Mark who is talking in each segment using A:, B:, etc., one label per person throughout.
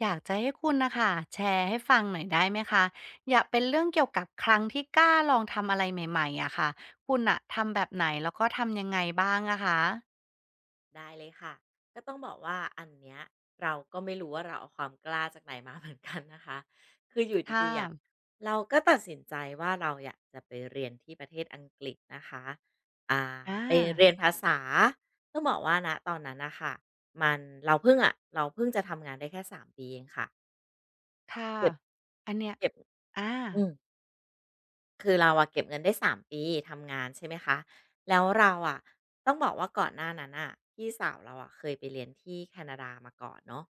A: อยากจะให้คุณนะคะแชร์ให้ฟังหน่อยได้ไหมคะอยากเป็นเรื่องเกี่ยวกับครั้งที่กล้าลองทำอะไรใหม่ๆอะค่ะคุณน่ะทำแบบไหนแล้วก็ทำยังไงบ้างอะคะ
B: ได้เลยค่ะก็ต้องบอกว่าอันเนี้ยเราก็ไม่รู้ว่าเราเอาความกล้าจากไหนมา เหมือนกันนะคะ คืออยู่
A: ค่ะ
B: ดีๆอะเราก็ตัดสินใจว่าเราอยากจะไปเรียนที่ประเทศอังกฤษนะคะอ่า
A: อ
B: ไป
A: า
B: เรียนภาษาต้องบอกว่านะตอนนั้นนะคะมันเราเพิ่งอะเราเพิ่งจะทำงานได้แค่3 ปีเองค่ะ
A: ค่ะ
B: เก็บ
A: อันเนี้ย
B: เก็บ
A: อา
B: อืม คือเราอะเก็บเงินได้3ปีทำงานใช่ไหมคะแล้วเราอะต้องบอกว่าก่อนหน้านั้นอ่ะพี่สาวเราอะเคยไปเรียนที่แคนาดามาก่อนเนาะ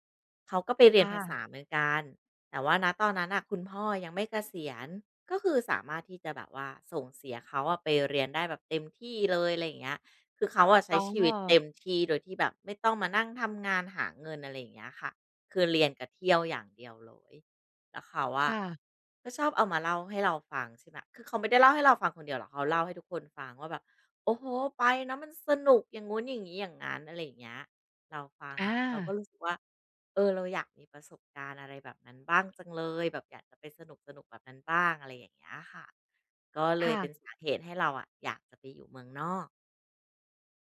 B: เขาก็ไปเรียน
A: ค่ะ
B: ภาษาเหมือนกันแต่ว่าณตอนนั้นอ่ะคุณพ่อยังไม่เกษียณก็คือสามารถที่จะแบบว่าส่งเสียเขาอะไปเรียนได้แบบเต็มที่เลยอะไรอย่างเงี้ยคือเขาอะใช้
A: อ๋
B: ชีวิตเต็ม
A: อ
B: ที่โดยที่แบบไม่ต้องมานั่งทำงานหาเงินอะไรอย่างเงี้ยค่ะคือเรียนกับเที่ยวอย่างเดียวเลย แล้วเขาอะ
A: ค่ะ
B: ก็ชอบเอามาเล่าให้เราฟังใช่ไหมคือเขาไม่ได้เล่าให้เราฟังคนเดียวหรอกเขาเล่าให้ทุกคนฟังว่าแบบโอ้โหไปนะมันสนุกอย่างงู้นอย่างนี้อย่างนั้นอะไรอย่างเงี้ยเราฟัง
A: อา
B: อะเราก็รู้สึกว่าเออเราอยากมีประสบการณ์อะไรแบบนั้นบ้างจังเลยแบบอยากจะไปสนุกสนุกแบบนั้นบ้างอะไรอย่างเงี้ยค่ะก็เลย
A: ค่ะ
B: เป็นสาเหตุให้เราอะอยากจะไปอยู่เมืองนอก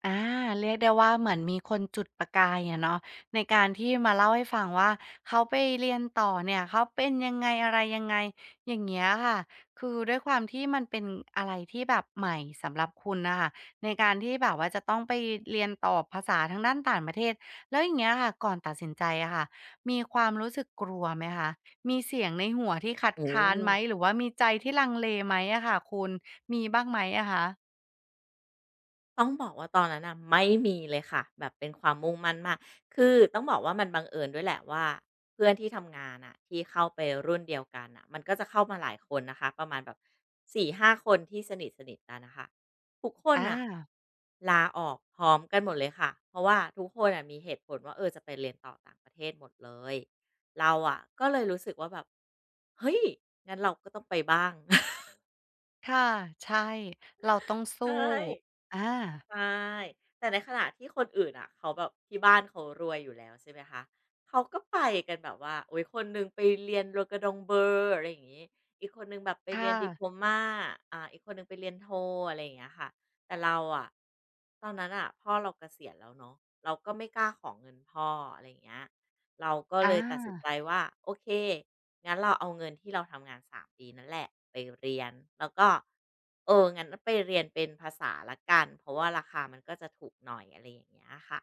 A: อาเรียกได้ว่าเหมือนมีคนจุดประกายอะเนาะในการที่มาเล่าให้ฟังว่าเขาไปเรียนต่อเนี่ยเขาเป็นยังไงอะไรยังไงอย่างเงี้ยค่ะคือด้วยความที่มันเป็นอะไรที่แบบใหม่สำหรับคุณนะคะในการที่แบบว่าจะต้องไปเรียนต่อภาษาทางด้านต่างประเทศแล้วอย่างเงี้ยค่ะก่อนตัดสินใจอะค่ะมีความรู้สึกกลัวไหมคะมีเสียงในหัวที่คัด
B: อื
A: ค้านไหมห
B: ม
A: รือว่ามีใจที่ลังเลไหมอะค่ะคุณมีบ้างไหมอะคะ
B: ต้องบอกว่าตอนนั้นน่ะไม่มีเลยค่ะแบบเป็นความมุ่งมั่นมากคือต้องบอกว่ามันบังเอิญด้วยแหละว่าเพื่อนที่ทำงานน่ะที่เข้าไปรุ่นเดียวกันน่ะมันก็จะเข้ามาหลายคนนะคะประมาณแบบ4-5 คนที่สนิทสนิทกันนะคะทุกคน
A: อา
B: น่ะลาออกพร้อมกันหมดเลยค่ะเพราะว่าทุกคนน่ะมีเหตุผลว่าเออจะไปเรียนต่อต่างประเทศหมดเลยเราอะก็เลยรู้สึกว่าแบบเฮ้ยงั้นเราก็ต้องไปบ้าง
A: ค่ะใช่เราต้องสู้
B: ใช่
A: อา
B: ใช่ แต่ในขณะที่คนอื่นอ่ะเขาแบบที่บ้านเขารวยอยู่แล้วใช่ไหมคะ เขาก็ไปกันแบบว่าโอ้ยคนหนึ่งไปเรียนโรกระดงเบอร์อะไรอย่างงี้อีกคนหนึ่งแบบไปเรี
A: ค่ะ
B: ยนดิโพลมาอีกคนหนึ่งไปเรียนโทอะไรอย่างเงี้ยค่ะแต่เราอะตอนนั้นน่ะพ่อเราเกษียณแล้วเนาะเราก็ไม่กล้าของเงินพ่ออะไรอย่างเงี้ย เราก็
A: อ
B: เลยตัดสิน
A: า
B: ใจว่าโอเคงั้นเราเอาเงินที่เราทำงาน3ปีนั่นแหละไปเรียนแล้วก็เอองั้นไปเรียนเป็นภาษาละกันเพราะว่าราคามันก็จะถูกหน่อยอะไรอย่างเงี้ยค่ะ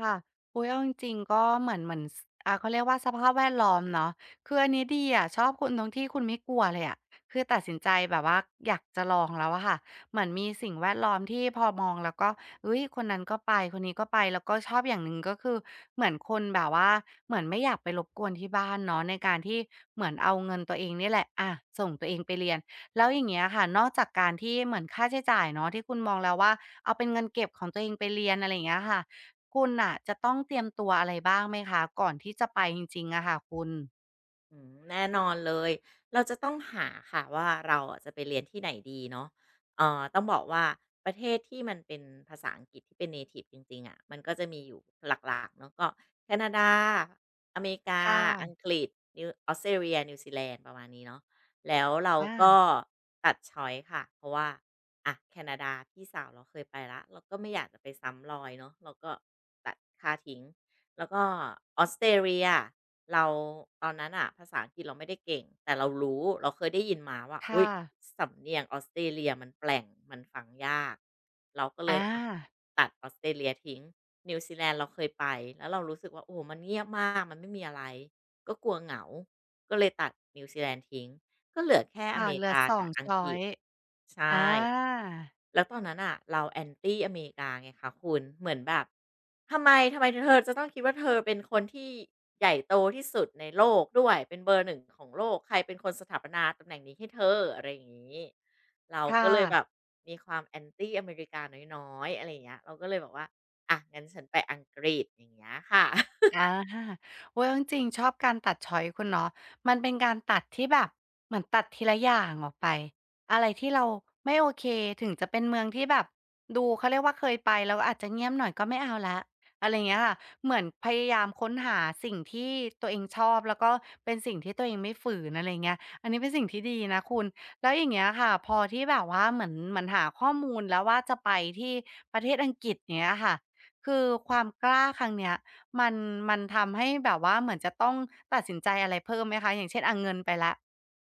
A: ค่ะอุ๊ยเอาจริงๆ ก็เหมือนสอ่าเขาเรียกว่าสภาพแวดล้อมเนาะคืออันนี้ดีอะชอบคุณตรงที่คุณไม่กลัวเลยอะคือตัดสินใจแบบว่าอยากจะลองแล้วอะค่ะเหมือนมีสิ่งแวดล้อมที่พอมองแล้วก็เฮ้ยคนนั้นก็ไปคนนี้ก็ไปแล้วก็ชอบอย่างหนึ่งก็คือเหมือนคนแบบว่าเหมือนไม่อยากไปรบกวนที่บ้านเนาะในการที่เหมือนเอาเงินตัวเองนี่แหละอะส่งตัวเองไปเรียนแล้วอย่างเงี้ยค่ะนอกจากการที่เหมือนค่าใช้จ่ายเนาะที่คุณมองแล้วว่าเอาเป็นเงินเก็บของตัวเองไปเรียนอะไรอย่างเงี้ยค่ะ คุณน่ะจะต้องเตรียมตัวอะไรบ้างไหมคะก่อนที่จะไปจริงๆอะค่ะคุณ
B: อืมแน่นอนเลย เราจะต้องหาค่ะว่าเราอะจะไปเรียนที่ไหนดีเนาะต้องบอกว่าประเทศที่มันเป็นภาษาอังกฤษที่เป็นเนทิฟจริงๆอะมันก็จะมีอยู่หลักๆเนาะก็แคนาดาอเมริกา
A: ค่ะ
B: อังกฤษนิวออสเตรเลียนิวซีแลนด์ประมาณนี้เนาะแล้วเราก็
A: อา
B: ตัดช้อย์ค่ะเพราะว่าอะแคนาดาพี่สาวเราเคยไปละเราก็ไม่อยากจะไปซ้ำรอยเนาะเราก็ตัดค่าทิ้ง แล้วก็ออสเตรเลียเราตอนนั้นอะภาษาอังกฤษเราไม่ได้เก่งแต่เรารู้เราเคยได้ยินมาว่าอุ๊ย
A: ค่ะ
B: สำเนียงออสเตรเลียมันแปลงมันฟังยากเราก็เล
A: อ
B: ยอะ
A: า
B: ตัดออสเตรเลียทิ้งนิวซีแลนด์เราเคยไปแล้วเรารู้สึกว่าโอ้โฮมันเงียบมากมันไม่มีอะไรก็กลัวเหงาก็เลยตัดนิวซีแลนด์ทิ้งก็เหลือแค่อ
A: ค่ะ
B: เม
A: เห
B: ริ
A: ลือ
B: กา
A: สอ
B: กั
A: ง
B: บอัง
A: ช้อ
B: กฤ
A: ย
B: ษ
A: ส์
B: ใช
A: อ
B: ่
A: า
B: แล้วตอนนั้นอ่ะเรา anti อนตี้อเมริกาไงคะคุณเหมือนแบบทำไมเธอจะต้องคิดว่าเธอเป็นคนที่ใหญ่โตที่สุดในโลกด้วยเป็นเบอร์ 1ของโลกใครเป็นคนสถาปนาตำแหน่งนี้ให้เธออะไรอย่างนี้เราก็
A: ค่ะ
B: เลยแบบมีความ anti อนตี้อเมริกาน้อยๆอะไรอย่างเงี้ยเราก็เลยบอกว่าอ่ะงั้นฉันไปอังกฤษอย่างเงี้ยค่ะ
A: อาโอ๊ยเอาจริงๆชอบการตัดชอยซ์คุณเนาะมันเป็นการตัดที่แบบเหมือนตัดทีละอย่างออกไปอะไรที่เราไม่โอเคถึงจะเป็นเมืองที่แบบดูเขาเรียกว่าเคยไปแล้วอาจจะเงียบหน่อยก็ไม่เอาแล้วอะไรอย่างเงี้ยค่ะเหมือนพยายามค้นหาสิ่งที่ตัวเองชอบแล้วก็เป็นสิ่งที่ตัวเองไม่ฝืนอะไรอย่างเงี้ยอันนี้เป็นสิ่งที่ดีนะคุณแล้วอย่างเงี้ยค่ะพอที่แบบว่าเหมือนหาข้อมูลแล้วว่าจะไปที่ประเทศอังกฤษอย่างเงี้ยค่ะคือความกล้าครั้งเนี้ย มันมันทำให้แบบว่าเหมือนจะต้องตัดสินใจอะไรเพิ่มไหมคะอย่างเช่นอาเงินไปแล้ว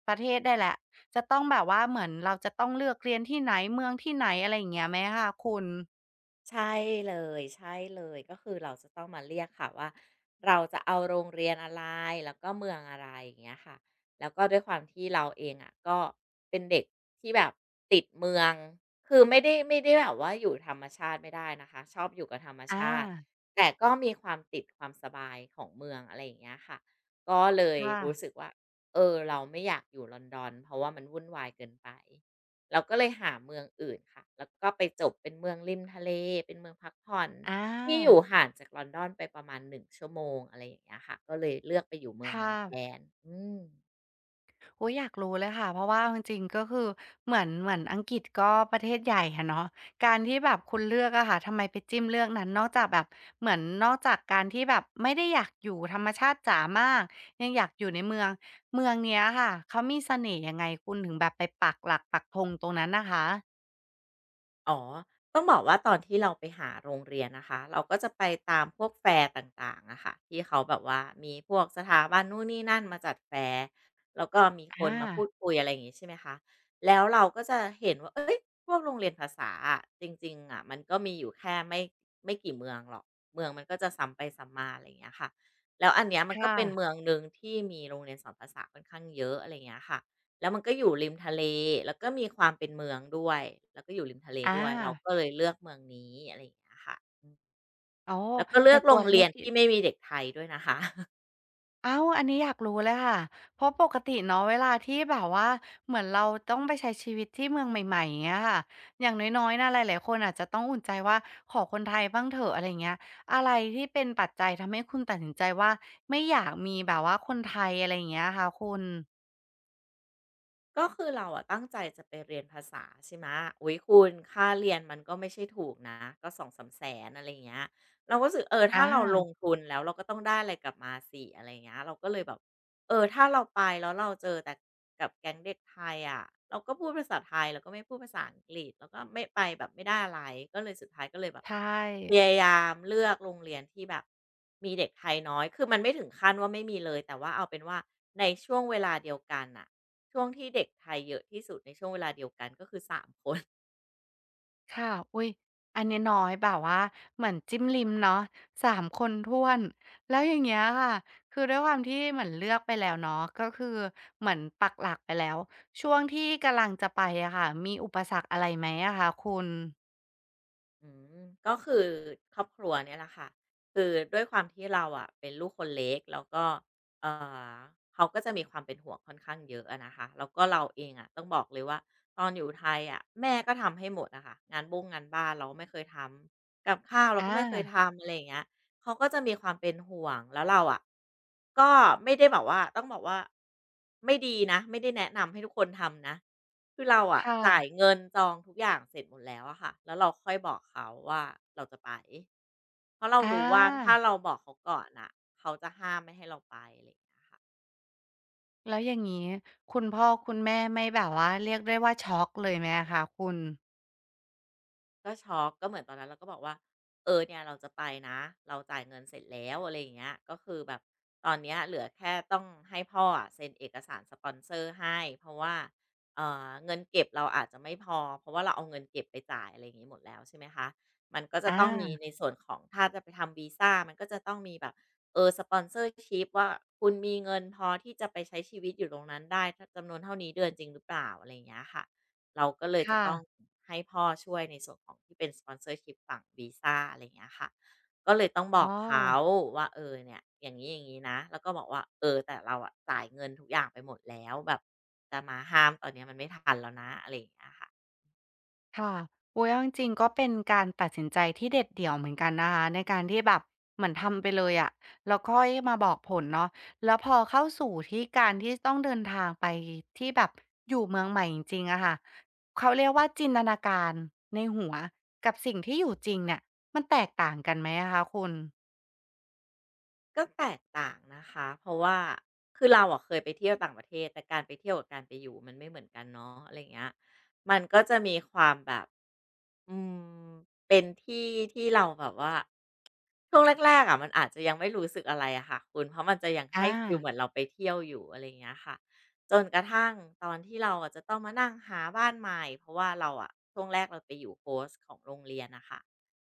A: ประเทศได้แล้วจะต้องแบบว่าเหมือนเราจะต้องเลือกเรียนที่ไหนเมืองที่ไหนอะไรอย่างเงี้ยไหมคะคุณ
B: ใช่เลยใช่เลยก็คือเราจะต้องมาเรียกค่ะว่าเราจะเอาโรงเรียนอะไรแล้วก็เมืองอะไรอย่างเงี้ยค่ะแล้วก็ด้วยความที่เราเองอะก็เป็นเด็กที่แบบติดเมืองคือไม่ได้แบบว่าอยู่ธรรมชาติไม่ได้นะคะชอบอยู่กับธรรม
A: อ
B: ชาติ
A: า
B: แต่ก็มีความติดความสบายของเมืองอะไรอย่างเงี้ยค่ะก็เลย
A: ค่ะ
B: รู้สึกว่าเออเราไม่อยากอยู่ลอนดอนเพราะว่ามันวุ่นวายเกินไป เราก็เลยหาเมืองอื่นค่ะ แล้วก็ไปจบเป็นเมืองริมทะเล เป็นเมืองพักผ่อน
A: อา
B: ที่อยู่ห่างจากลอนดอนไปประมาณ1ชั่วโมงอะไรอย่างเงี้ยค่ะ ก็เลยเลือกไปอยู่เมืองนั้
A: ค่ะ
B: นแทนอืม
A: โอ๊ยอยากรู้เลยค่ะเพราะว่าจริงๆก็คือเหมือนอังกฤษก็ประเทศใหญ่อะเนาะการที่แบบคุณเลือกอะค่ะทำไมไปจิ้มเลือกนั้นนอกจากแบบเหมือนนอกจากการที่แบบไม่ได้อยากอยู่ธรรมชาติจ๋ามากยังอยากอยู่ในเมืองเมืองเนี้ยค่ะเขามีเสน่ห์ยังไงคุณถึงแบบไปปักหลักปักธงตรงนั้นน่ะคะ
B: อ๋อ ต้องบอกว่าตอนที่เราไปหาโรงเรียนนะคะ เราก็จะไปตามพวกแฟร์ต่างๆอะค่ะ ที่เขาแบบว่ามีพวกสถาบันนู่นนี่นั่นมาจัดแฟร์แล้วก็มีคนมาพู
A: อา
B: ดคุยอะไรอย่างงี้ใช่ไหมคะแล้วเราก็จะเห็นว่าเอ้ยพวกโรงเรียนภาษาอะจริงๆอะ มันก็มีอยู่แค่ไม่กี่เมืองหรอกเมืองมันก็จะซ้ำไปซ้ำมาอะไรอย่างเงี้ยค่ะแล้วอันเนี้ยมันก็
A: ค่ะ
B: เป็นเมืองหนึ่งที่มีโรงเรียนสอนภาษาค่อนข้างเยอะอะไรอย่างเงี้ยค่ะ แล้วมันก็อยู่ริมทะเลแล้วก็มีความเป็นเมืองด้วยแล้วก็อยู่ริมทะเล
A: อา
B: ด้วยเราก็เลยเลือกเมืองนี้อะไรอย่างเงี้ยค่ะ
A: โอ้
B: แล้วก็เลื
A: เป็
B: อก
A: น
B: โร
A: ตั
B: ง
A: วเลื
B: เรี
A: อ
B: ย
A: ก
B: น
A: ที่
B: ที่ไม่มีเด็กไทยด้วยนะคะ
A: อ้าวอันนี้อยากรู้เลยค่ะเพราะปกติเนาะเวลาที่แบบว่าเหมือนเราต้องไปใช้ชีวิตที่เมืองใหม่ๆอย่างเงี้ยค่ะอย่างน้อยๆนะหลายๆคนอาจจะต้องอุ่นใจว่าขอคนไทยบ้างเถอะอะไรเงี้ยอะไรที่เป็นปัจจัยทำให้คุณตัดสินใจว่าไม่อยากมีแบบว่าคนไทยอะไรอย่างเงี้ยคะคุณ
B: ก็คือเราอะตั้งใจจะไปเรียนภาษาใช่ไหมะอุ๊ยคุณค่าเรียนมันก็ไม่ใช่ถูกนะก็สองสามแสนอะไรอย่างเงี้ยเราก็รู้สึกเออถ้า
A: อา
B: เราลงทุนแล้วเราก็ต้องได้อะไรกลับมาสิอะไรอย่างเงี้ยเราก็เลยแบบเออถ้าเราไปแล้วเราเจอแต่กับแก๊งเด็กไทยอะเราก็พูดภาษาไทยเราก็ไม่พูดภาษาอังกฤษเราก็ไม่ไปแบบไม่ได้อะไรก็เลยสุดท้ายก็เลยแบบ
A: ใช่
B: พยายามเลือกโรงเรียนที่แบบมีเด็กไทยน้อยคือมันไม่ถึงขั้นว่าไม่มีเลยแต่ว่าเอาเป็นว่าในช่วงเวลาเดียวกันน่ะ ช่วงที่เด็กไทยเยอะที่สุดในช่วงเวลาเดียวกันก็คือ3 คน
A: ค่ะอุ๊ยอันนี้น้อยแบบว่าเหมือนจิ้มลิมเนาะสามคนถ้วนแล้วอย่างเงี้ยค่ะคือด้วยความที่เหมือนเลือกไปแล้วเนาะก็คือเหมือนปักหลักไปแล้วช่วงที่กำลังจะไปอะค่ะมีอุปสรรคอะไรไหมอะคะคุณ
B: อืมก็คือครอบครัวเนี่ยแหละค่ะคือด้วยความที่เราอะเป็นลูกคนเล็กแล้วก็เอ่อเขาก็จะมีความเป็นห่วงค่อนข้างเยอะอะนะคะแล้วก็เราเองอะต้องบอกเลยว่าตอนอยู่ไทยอะแม่ก็ทำให้หมดอะค่ะงานบ้งงานบ้านเราก็ไม่เคยทำกับข้าวเรา
A: อ
B: ก็ไม่เคย
A: า
B: ทำอะไรอย่างเงี้ย เขาก็จะมีความเป็นห่วงแล้วเราอะก็ไม่ได้แบบว่าต้องบอกว่าไม่ดีนะไม่ได้แนะนำให้ทุกคนทำนะคือเราอะ
A: ค่ะ
B: จ่ายเงินจองทุกอย่างเสร็จหมดแล้วอะค่ะแล้วเราค่อยบอกเขาว่าเราจะไปเพราะเรา
A: อ
B: รู้ว่าถ้า
A: า
B: เราบอกเขาก่อนน่ะเขาจะห้ามไม่ให้เราไปอะไรอย่างเงี้ยค่ะ
A: แล้วอย่างงี้คุณพ่อคุณแม่ไม่แบบว่าเรียกได้ว่าช็อกเลยไหมอะคะคุณ
B: ก็ช็อกก็เหมือนตอนนั้นเราก็บอกว่าเออเนี่ยเราจะไปนะเราจ่ายเงินเสร็จแล้วอะไรอย่างเงี้ยก็คือแบบตอนเนี้ยเหลือแค่ต้องให้พ่ออะเซ็นเอกสารสปอนเซอร์ให้เพราะว่าเออเงินเก็บเราอาจจะไม่พอเพราะว่าเราเอาเงินเก็บไปจ่ายอะไรอย่างงี้หมดแล้วใช่ไหมคะมันก็จะ
A: อา
B: ต้องมีในส่วนของถ้าจะไปทำวีซามันก็จะต้องมีแบบเออสปอนเซอร์ชิปว่าคุณมีเงินพอที่จะไปใช้ชีวิตอยู่ตรงนั้นได้จำนวนเท่านี้เดือนจริงหรือเปล่าอะไรอย่างเงี้ยค่ะ เราก็เลยจะ
A: ค่ะ
B: ต้องให้พ่อช่วยในส่วนของที่เป็น sponsorship ฝั่งวีซาอะไรอย่างเงี้ยค่ะ ก็เลยต้องบ
A: อ๋
B: อ
A: อ
B: กเขาว่าเออเนี่ยอย่างนี้อย่างนี้นะแล้วก็บอกว่าเออแต่เราอะจ่ายเงินทุกอย่างไปหมดแล้วแบบจะมาห้ามตอนเนี้ยมันไม่ทันแล้วนะอะไรอย่างเงี้ยค่ะ
A: ค่ะโอ๊ยเอาจริงๆก็เป็นการตัดสินใจที่เด็ดเดี่ยวเหมือนกันนะคะในการที่แบบเหมือนทำไปเลยอะแล้วค่อยมาบอกผลเนาะแล้วพอเข้าสู่ที่การที่ต้องเดินทางไปที่แบบอยู่เมืองใหม่จริงๆอะค่ะเขาเรียกว่าจินตนาการในหัวกับสิ่งที่อยู่จริงเนี่ยมันแตกต่างกันไหมอะคะคุณ
B: ก็แตกต่างนะคะเพราะว่าคือเราอะเคยไปเที่ยวต่างประเทศแต่การไปเที่ยวกับการไปอยู่มันไม่เหมือนกันเนาะอะไรยเงี้ยมันก็จะมีความแบบอืมเป็นที่ที่เราแบบว่าช่วงแรกๆอ่ะมันอาจจะยังไม่รู้สึกอะไรอะค่ะคุณเพราะมันจะยังให้
A: อา
B: ฟิลเหมือนเราไปเที่ยวอยู่อะไรเงี้ยค่ะจนกระทั่งตอนที่เราอะจะต้องมานั่งหาบ้านใหม่เพราะว่าเราอะช่วงแรกเราไปอยู่โฮสต์ของโรงเรียนนะคะ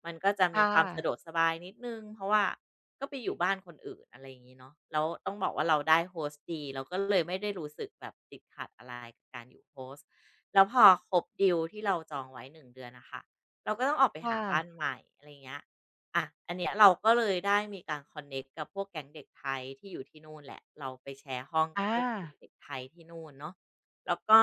B: มันก็จะมี
A: ค่ะ
B: ความสะดวกสบายนิดนึงเพราะว่า ก็ไปอยู่บ้านคนอื่นอะไรอย่างนี้เนาะแล้วต้องบอกว่าเราได้โฮสต์ดีเราก็เลยไม่ได้รู้สึกแบบติดขัดอะไรกับการอยู่โฮสต์แล้วพอครบดีลที่เราจองไว้1 เดือนนะคะเราก็ต้องออกไป
A: ค่ะ
B: หาบ้านใหม่อะไรอย่างเงี้ยอะอันเนี้ยเราก็เลยได้มีการคอนเน็กต์กับพวกแก๊งเด็กไทยที่อยู่ที่นู่นแหละเราไปแชร์ห้องกับ
A: ค่ะ
B: พวกกลุ่มเด็กไทยที่นู่นเนาะแล้วก็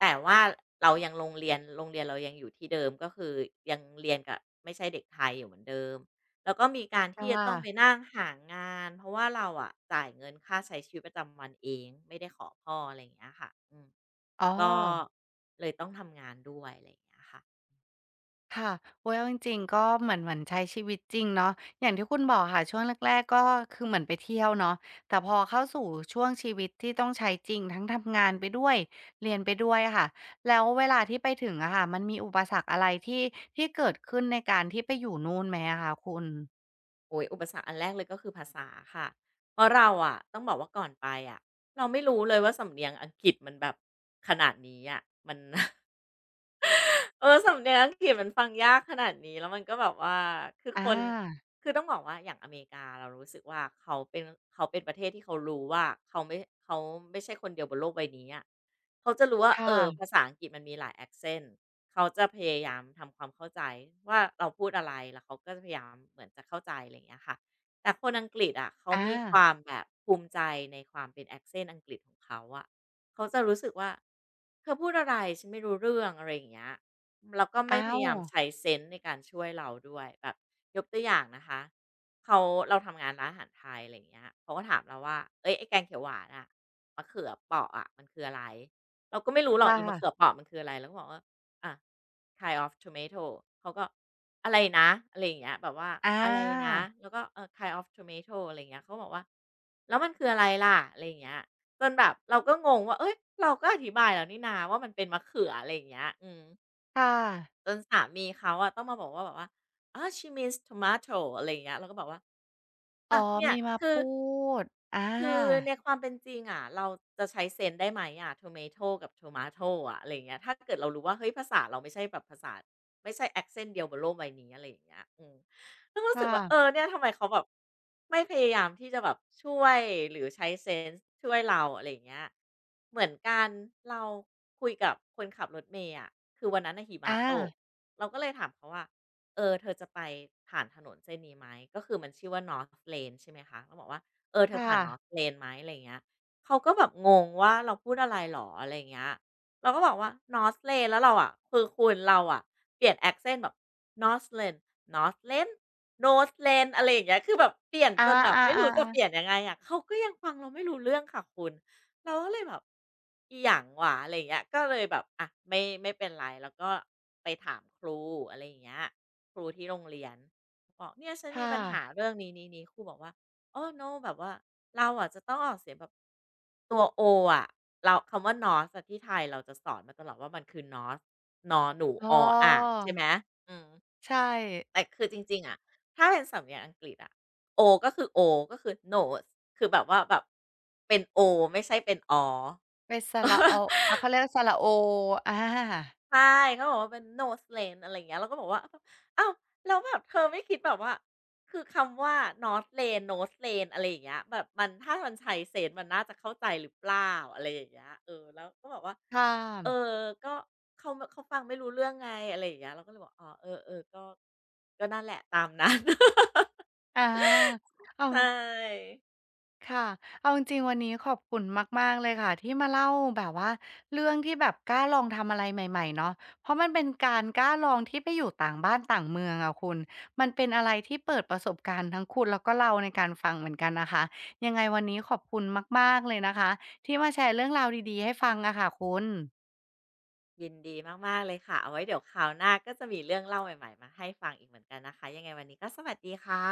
B: แต่ว่าเรายังโรงเรียนเรายังอยู่ที่เดิมก็คือยังเรียนกับไม่ใช่เด็กไทยอยู่เหมือนเดิม แล้วก็มีการ
A: อา
B: ที่จะต้องไป
A: ค่ะ
B: นั่งหางานเพราะว่าเราอะจ่ายเงินค่าใช้ชีวิตประจำวันเองไม่ได้ขอพ่ออะไรอย่างเงี้ยค่ะอืม
A: อ๋อ
B: ก็เลยต้องทำงานด้วยอะไรอย่างเงี้ยค่ะ
A: ค่ะโอ๊ยเอาจริงๆก็เหมือนใช้ชีวิตจริงเนาะอย่างที่คุณบอกค่ะช่วงแรกๆก็คือเหมือนไปเที่ยวเนาะแต่พอเข้าสู่ช่วงชีวิตที่ต้องใช้จริงทั้งทำงานไปด้วยเรียนไปด้วยอะค่ะแล้วเวลาที่ไปถึงอะค่ะมันมีอุปสรรคอะไรที่เกิดขึ้นในการที่ไปอยู่นู่นไหมอะคะคุณ
B: โอ้โฮอุปสรรคอันแรกเลยก็คือภาษาค่ะเพราะเราอะต้องบอกว่าก่อนไปอะเราไม่รู้เลยว่าสำเนียงอังกฤษมันแบบขนาดนี้อะมัน เออสำเนียงอังกฤษมันฟังยากขนาดนี้แล้วมันก็แบบว่าคือค
A: อา
B: นคือต้องบอกว่าอย่างอเมริกาเรารู้สึกว่าเขาเป็นประเทศที่เขารู้ว่าเขาไม่เขาไม่ใช่คนเดียวบนโลกใบนี้อะเขาจะรู้ว่า
A: ค
B: เออภา
A: ่ะ
B: ษาอังกฤษมันมีหลาย accent เขาจะพยายามทำความเข้าใจว่าเราพูดอะไรแล้วเขาก็จะพยายามเหมือนจะเข้าใจอะไรอย่างเงี้ยค่ะแต่คนอังกฤษอะเขา
A: อา
B: มีความแบบภูมิใจในความเป็น accent อังกฤษของเขาอะเขาจะรู้สึกว่าเธอพูดอะไรฉันไม่รู้เรื่องอะไรอย่างเงี้ย แล้วก็ไม่
A: อ้า
B: พ
A: ว
B: ยายามใช้เซนส์ในการช่วยเราด้วยแบบยกตัวอย่างนะคะเขาเราทำงานร้านอาหารไทยอะไรอย่างเงี้ยเขาก็ถามเราว่าเอ้ยไอ้แกงเขียวหวานอะมะเขือเปราะอะมันคืออะไรเราก็ไม่รู้หรอก
A: ค่ะ
B: อีมะเขือเปราะมันคืออะไรเราก็บอกว่าอะ kind of tomato" เขาก็อะไรนะอะไรอย่างเงี้ยแบบว่า
A: อ
B: อะไรนะ
A: า
B: แล้วก็เออ kind of tomato" อะไรอย่างเงี้ยเขาบอกว่าแล้วมันคืออะไรล่ะอะไรอย่างเงี้ยจนแบบเราก็งงว่าเอ้ยเราก็อธิบายแล้วนี่นาว่ามันเป็นมะเขืออะไรอย่างเงี้ยอืม
A: ค่ะ
B: จนสามีเขาอะต้องมาบอกว่าแบบว่าอ๋อ she means tomato" อะไรอย่างเงี้ยเราก็บอกว่า
A: อ๋อ
B: อ่ะเนี่ย
A: มีมา
B: คือ
A: พูดอา
B: คือในความเป็นจริงอ่ะเราจะใช้เซนส์ได้ไหมอะ tomato กับ tomato อะอะไรอย่างเงี้ยถ้าเกิดเรารู้ว่าเฮ้ยภาษาเราไม่ใช่แบบภาษาไม่ใช่ accent เดียวบนโลกใบนี้อะไรอย่างเงี้ยอืมรก็
A: ค
B: รู้สึกว่าเออ
A: ่ะ
B: เนี่ยทำไมเขาแบบไม่พยายามที่จะแบบช่วยหรือใช้เซนส์ช่วยเราอะไรอย่างเงี้ยเหมือนกันเราคุยกับคนขับรถเมย์อะคือวันนั้นน่ะหิมะตก
A: อา
B: เราก็เลยถามเขาว่าเออเธอจะไปผ่านถนนเส้นนี้ไหมก็คือมันชื่อว่า North Lane ใช่ไหมคะเราบอกว่า เออเธอผ่าน
A: ค่ะ
B: Northland ไหมอะไรเงี้ยเขาก็แบบงงว่าเราพูดอะไรเหรออะไรเงี้ยเราก็บอกว่า Northland แล้วเราอะคือคุณเราอะเปลี่ยน accent แบบ Northland Northland Northland อสเลนโนสเลนอะไรอย่างเงี้ยคือแบบเปลี่ยน
A: อา
B: จนแบบไม่รู้จะเปลี่
A: ๆ
B: ยน
A: ๆ
B: ยังไงอะเขาก็ยังฟังเราไม่รู้เรื่องค่ะคุณเราก็เลยแบบอีหยังหวะอะไร่เงี้ยก็เลยแบบอะไม่เป็นไรแล้วก็ไปถามครูอะไรอย่างเงี้ยครูที่โรงเรียนบอกเนี่ยฉันมี
A: ค่ะ
B: ปัญหาเรื่องนี้ๆๆครูบอกว่า โอ้ no แบบว่าเราอะจะต้องออกเสียงแบบตัวโออะเราคำว่า n o r อะที่ไทยเราจะสอนมาตลอดว่ามันคือ n o สนอหนู
A: อ๋อ
B: ออ่างใช่ไหมอืม
A: ใช่
B: แต่คือจริงๆอะถ้าเป็นสำเนียงอังกฤษอะโอก็คือโอก็คือ nose คือแบบว่าแบบเป็นโอไม่ใช่เป็นอ
A: เป็นสระอออา
B: อ
A: เขาเรียกว่าสระโออา
B: ใช่เขาบอกว่าเป็น "No s l a n อะไรอย่างเงี้ยเราก็บอกว่าอ้าวแล้วแบบเธอไม่คิดแบบว่าคือคำว่า north lane no s l a n อะไรอย่างเงี้ยแบบมันถ้ามันใช้เ e น s มันน่าจะเข้าใจหรือเปล่าอะไรอย่างเงี้ยเออแล้วก็บอกว่า
A: ข้าม
B: เออก็เขาฟังไม่รู้เรื่องไงอะไรอย่างเงี้ยเราก็เลยบอกอ๋อเออเออก็นั่นแหละตามนั้น
A: อาเอา
B: ใช่
A: ค่ะเอาจริงๆวันนี้ขอบคุณมากๆเลยค่ะที่มาเล่าแบบว่าเรื่องที่แบบกล้าลองทำอะไรใหม่ๆเนาะเพราะมันเป็นการกล้าลองที่ไปอยู่ต่างบ้านต่างเมืองอะคุณมันเป็นอะไรที่เปิดประสบการณ์ทั้งคุณแล้วก็เราในการฟังเหมือนกันนะคะยังไงวันนี้ขอบคุณมากๆเลยนะคะที่มาแชร์เรื่องราวดีๆให้ฟังอะค่ะคุณ
B: ยินดีมากๆเลยค่ะเอาไว้เดี๋ยวคราวหน้าก็จะมีเรื่องเล่าใหม่ๆมาให้ฟังอีกเหมือนกันนะคะยังไงวันนี้ก็สวัสดีค่ะ